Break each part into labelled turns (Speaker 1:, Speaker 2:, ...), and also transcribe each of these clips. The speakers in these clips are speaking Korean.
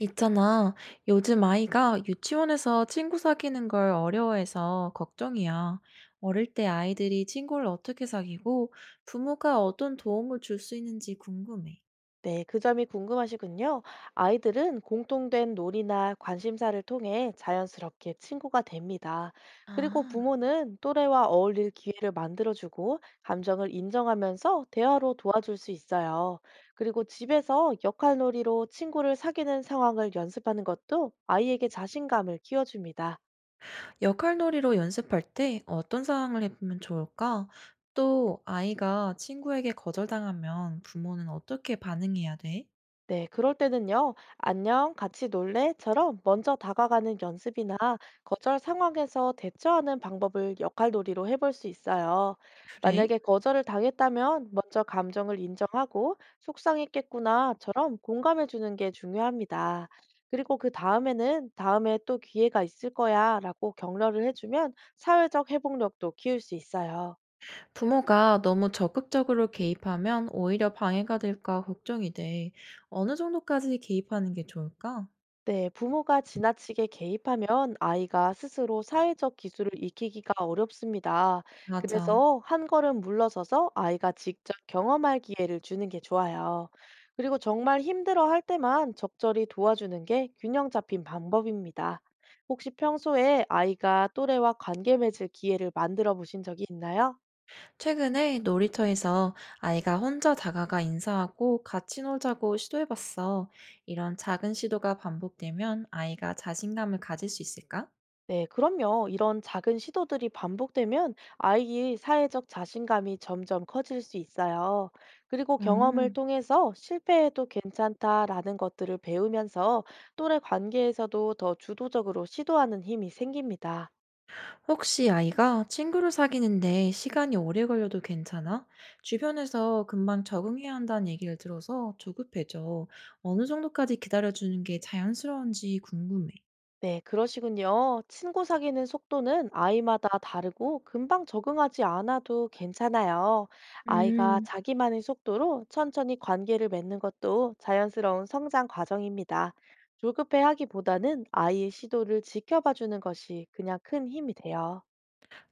Speaker 1: 있잖아. 요즘 아이가 유치원에서 친구 사귀는 걸 어려워해서 걱정이야. 어릴 때 아이들이 친구를 어떻게 사귀고 부모가 어떤 도움을 줄 수 있는지 궁금해.
Speaker 2: 네, 그 점이 궁금하시군요. 아이들은 공통된 놀이나 관심사를 통해 자연스럽게 친구가 됩니다. 그리고
Speaker 1: 아,
Speaker 2: 부모는 또래와 어울릴 기회를 만들어주고 감정을 인정하면서 대화로 도와줄 수 있어요. 그리고 집에서 역할놀이로 친구를 사귀는 상황을 연습하는 것도 아이에게 자신감을 키워줍니다.
Speaker 1: 역할놀이로 연습할 때 어떤 상황을 해보면 좋을까? 또 아이가 친구에게 거절당하면 부모는 어떻게 반응해야 돼?
Speaker 2: 네, 그럴 때는요, 안녕, 같이 놀래?처럼 먼저 다가가는 연습이나 거절 상황에서 대처하는 방법을 역할놀이로 해볼 수 있어요.
Speaker 1: 그래?
Speaker 2: 만약에 거절을 당했다면 먼저 감정을 인정하고 속상했겠구나처럼 공감해주는 게 중요합니다. 그리고 그 다음에는 다음에 또 기회가 있을 거야 라고 격려를 해주면 사회적 회복력도 키울 수 있어요.
Speaker 1: 부모가 너무 적극적으로 개입하면 오히려 방해가 될까 걱정이 돼. 어느 정도까지 개입하는 게 좋을까?
Speaker 2: 네, 부모가 지나치게 개입하면 아이가 스스로 사회적 기술을 익히기가 어렵습니다.
Speaker 1: 맞아.
Speaker 2: 그래서 한 걸음 물러서서 아이가 직접 경험할 기회를 주는 게 좋아요. 그리고 정말 힘들어 할 때만 적절히 도와주는 게 균형 잡힌 방법입니다. 혹시 평소에 아이가 또래와 관계 맺을 기회를 만들어 보신 적이 있나요?
Speaker 1: 최근에 놀이터에서 아이가 혼자 다가가 인사하고 같이 놀자고 시도해봤어. 이런 작은 시도가 반복되면 아이가 자신감을 가질 수 있을까?
Speaker 2: 네, 그럼요. 이런 작은 시도들이 반복되면 아이의 사회적 자신감이 점점 커질 수 있어요. 그리고 경험을
Speaker 1: 음.
Speaker 2: 통해서 실패해도 괜찮다라는 것들을 배우면서 또래 관계에서도 더 주도적으로 시도하는 힘이 생깁니다.
Speaker 1: 혹시 아이가 친구를 사귀는데 시간이 오래 걸려도 괜찮아? 주변에서 금방 적응해야 한다는 얘기를 들어서 조급해져. 어느 정도까지 기다려주는 게 자연스러운지 궁금해.
Speaker 2: 네, 그러시군요. 친구 사귀는 속도는 아이마다 다르고 금방 적응하지 않아도 괜찮아요. 아이가
Speaker 1: 음,
Speaker 2: 자기만의 속도로 천천히 관계를 맺는 것도 자연스러운 성장 과정입니다. 조급해 하기보다는 아이의 시도를 지켜봐 주는 것이 그냥 큰 힘이 돼요.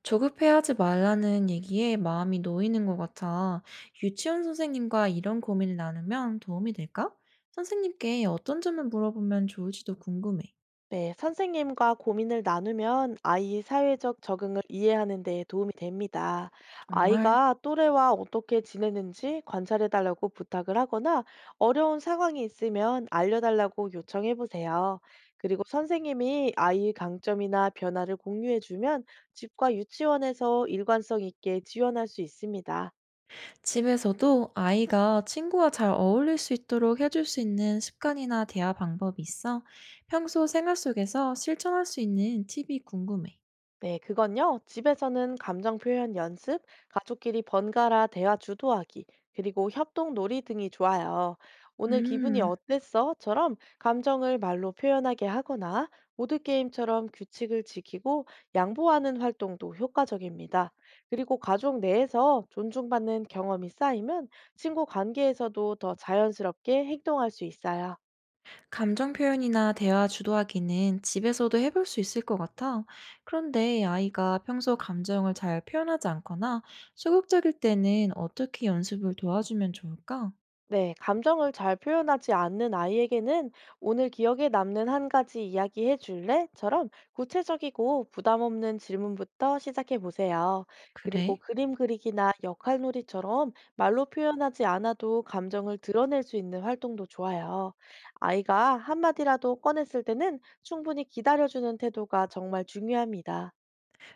Speaker 1: 조급해하지 말라는 얘기에 마음이 놓이는 것 같아. 유치원 선생님과 이런 고민을 나누면 도움이 될까? 선생님께 어떤 점을 물어보면 좋을지도 궁금해.
Speaker 2: 네, 선생님과 고민을 나누면 아이의 사회적 적응을 이해하는 데 도움이 됩니다.
Speaker 1: 정말
Speaker 2: 아이가 또래와 어떻게 지내는지 관찰해달라고 부탁을 하거나 어려운 상황이 있으면 알려달라고 요청해보세요. 그리고 선생님이 아이의 강점이나 변화를 공유해주면 집과 유치원에서 일관성 있게 지원할 수 있습니다.
Speaker 1: 집에서도 아이가 친구와 잘 어울릴 수 있도록 해줄 수 있는 습관이나 대화 방법이 있어? 평소 생활 속에서 실천할 수 있는 팁이 궁금해.
Speaker 2: 네, 그건요. 집에서는 감정 표현 연습, 가족끼리 번갈아 대화 주도하기, 그리고 협동 놀이 등이 좋아요. 오늘 기분이
Speaker 1: 음,
Speaker 2: 어땠어?처럼 감정을 말로 표현하게 하거나 보드 게임처럼 규칙을 지키고 양보하는 활동도 효과적입니다. 그리고 가족 내에서 존중받는 경험이 쌓이면 친구 관계에서도 더 자연스럽게 행동할 수 있어요.
Speaker 1: 감정 표현이나 대화 주도하기는 집에서도 해볼 수 있을 것 같아. 그런데 아이가 평소 감정을 잘 표현하지 않거나 소극적일 때는 어떻게 연습을 도와주면 좋을까?
Speaker 2: 네, 감정을 잘 표현하지 않는 아이에게는 오늘 기억에 남는 한 가지 이야기해 줄래?처럼 구체적이고 부담 없는 질문부터 시작해 보세요. 그리고
Speaker 1: 그래?
Speaker 2: 그림 그리기나 역할 놀이처럼 말로 표현하지 않아도 감정을 드러낼 수 있는 활동도 좋아요. 아이가 한마디라도 꺼냈을 때는 충분히 기다려주는 태도가 정말 중요합니다.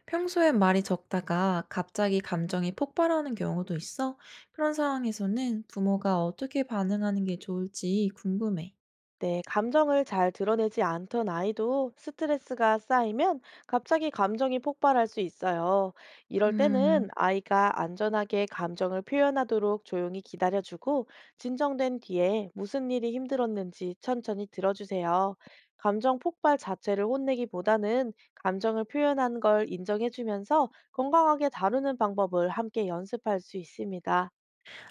Speaker 1: 평소엔 말이 적다가 갑자기 감정이 폭발하는 경우도 있어. 그런 상황에서는 부모가 어떻게 반응하는 게 좋을지 궁금해.
Speaker 2: 네, 감정을 잘 드러내지 않던 아이도 스트레스가 쌓이면 갑자기 감정이 폭발할 수 있어요. 이럴 때는
Speaker 1: 음,
Speaker 2: 아이가 안전하게 감정을 표현하도록 조용히 기다려주고 진정된 뒤에 무슨 일이 힘들었는지 천천히 들어주세요. 감정 폭발 자체를 혼내기보다는 감정을 표현한 걸 인정해주면서 건강하게 다루는 방법을 함께 연습할 수 있습니다.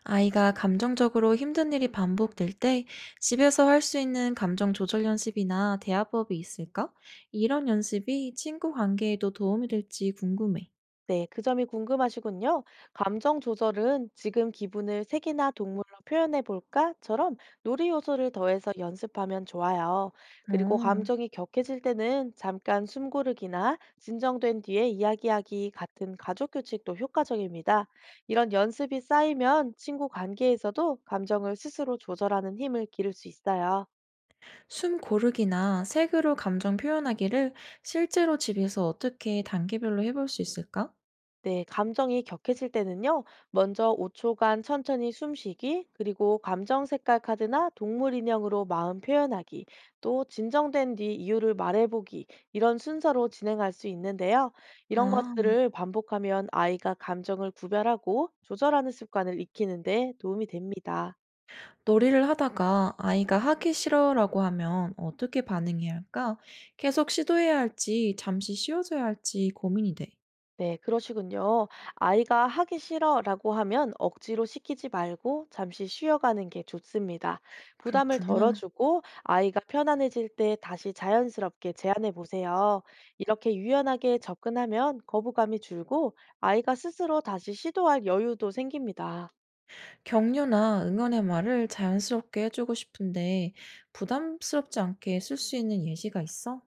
Speaker 1: 아이가 감정적으로 힘든 일이 반복될 때 집에서 할 수 있는 감정 조절 연습이나 대화법이 있을까? 이런 연습이 친구 관계에도 도움이 될지 궁금해.
Speaker 2: 네, 그 점이 궁금하시군요. 감정 조절은 지금 기분을 색이나 동물로 표현해 볼까?처럼 놀이 요소를 더해서 연습하면 좋아요.
Speaker 1: 어,
Speaker 2: 그리고 감정이 격해질 때는 잠깐 숨 고르기나 진정된 뒤에 이야기하기 같은 가족 규칙도 효과적입니다. 이런 연습이 쌓이면 친구 관계에서도 감정을 스스로 조절하는 힘을 기를 수 있어요.
Speaker 1: 숨 고르기나 색으로 감정 표현하기를 실제로 집에서 어떻게 단계별로 해볼 수 있을까?
Speaker 2: 네, 감정이 격해질 때는요, 먼저 5초간 천천히 숨쉬기, 그리고 감정 색깔 카드나 동물 인형으로 마음 표현하기, 또 진정된 뒤 이유를 말해보기, 이런 순서로 진행할 수 있는데요. 이런
Speaker 1: 아,
Speaker 2: 것들을 반복하면 아이가 감정을 구별하고 조절하는 습관을 익히는데 도움이 됩니다.
Speaker 1: 놀이를 하다가 아이가 "하기 싫어."라고 하면 어떻게 반응해야 할까? 계속 시도해야 할지 잠시 쉬어줘야 할지 고민이 돼.
Speaker 2: 네, 그러시군요. 아이가 하기 싫어라고 하면 억지로 시키지 말고 잠시 쉬어가는 게 좋습니다. 부담을
Speaker 1: 그렇구나.
Speaker 2: 덜어주고 아이가 편안해질 때 다시 자연스럽게 제안해 보세요. 이렇게 유연하게 접근하면 거부감이 줄고 아이가 스스로 다시 시도할 여유도 생깁니다.
Speaker 1: 격려나 응원의 말을 자연스럽게 해 주고 싶은데 부담스럽지 않게 쓸 수 있는 예시가 있어?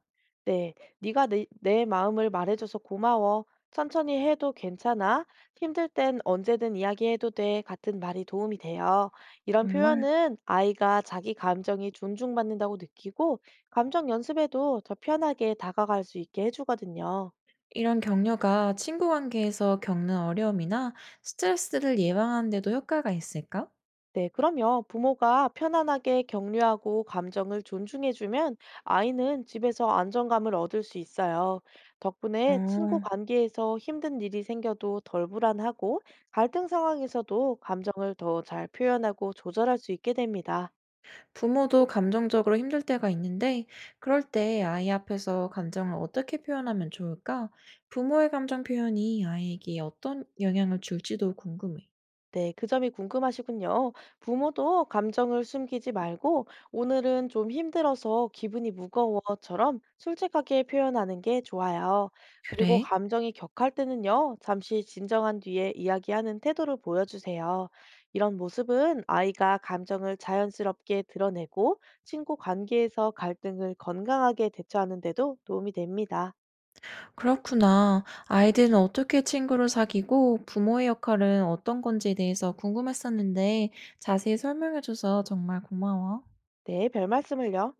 Speaker 2: 네, 네가 내 마음을 말해줘서 고마워. 천천히 해도 괜찮아. 힘들 땐 언제든 이야기해도 돼. 같은 말이 도움이 돼요. 이런
Speaker 1: 정말?
Speaker 2: 표현은 아이가 자기 감정이 존중받는다고 느끼고 감정 연습에도 더 편하게 다가갈 수 있게 해주거든요.
Speaker 1: 이런 격려가 친구 관계에서 겪는 어려움이나 스트레스를 예방하는 데도 효과가 있을까?
Speaker 2: 네, 그럼요. 부모가 편안하게 격려하고 감정을 존중해주면 아이는 집에서 안정감을 얻을 수 있어요. 덕분에 친구
Speaker 1: 어.
Speaker 2: 관계에서 힘든 일이 생겨도 덜 불안하고 갈등 상황에서도 감정을 더 잘 표현하고 조절할 수 있게 됩니다.
Speaker 1: 부모도 감정적으로 힘들 때가 있는데, 그럴 때 아이 앞에서 감정을 어떻게 표현하면 좋을까? 부모의 감정 표현이 아이에게 어떤 영향을 줄지도 궁금해.
Speaker 2: 네, 그 점이 궁금하시군요. 부모도 감정을 숨기지 말고 오늘은 좀 힘들어서 기분이 무거워처럼 솔직하게 표현하는 게 좋아요. 그리고
Speaker 1: 그래?
Speaker 2: 감정이 격할 때는요, 잠시 진정한 뒤에 이야기하는 태도를 보여주세요. 이런 모습은 아이가 감정을 자연스럽게 드러내고 친구 관계에서 갈등을 건강하게 대처하는 데도 도움이 됩니다.
Speaker 1: 그렇구나. 아이들은 어떻게 친구를 사귀고 부모의 역할은 어떤 건지에 대해서 궁금했었는데 자세히 설명해줘서 정말 고마워.
Speaker 2: 네, 별 말씀을요.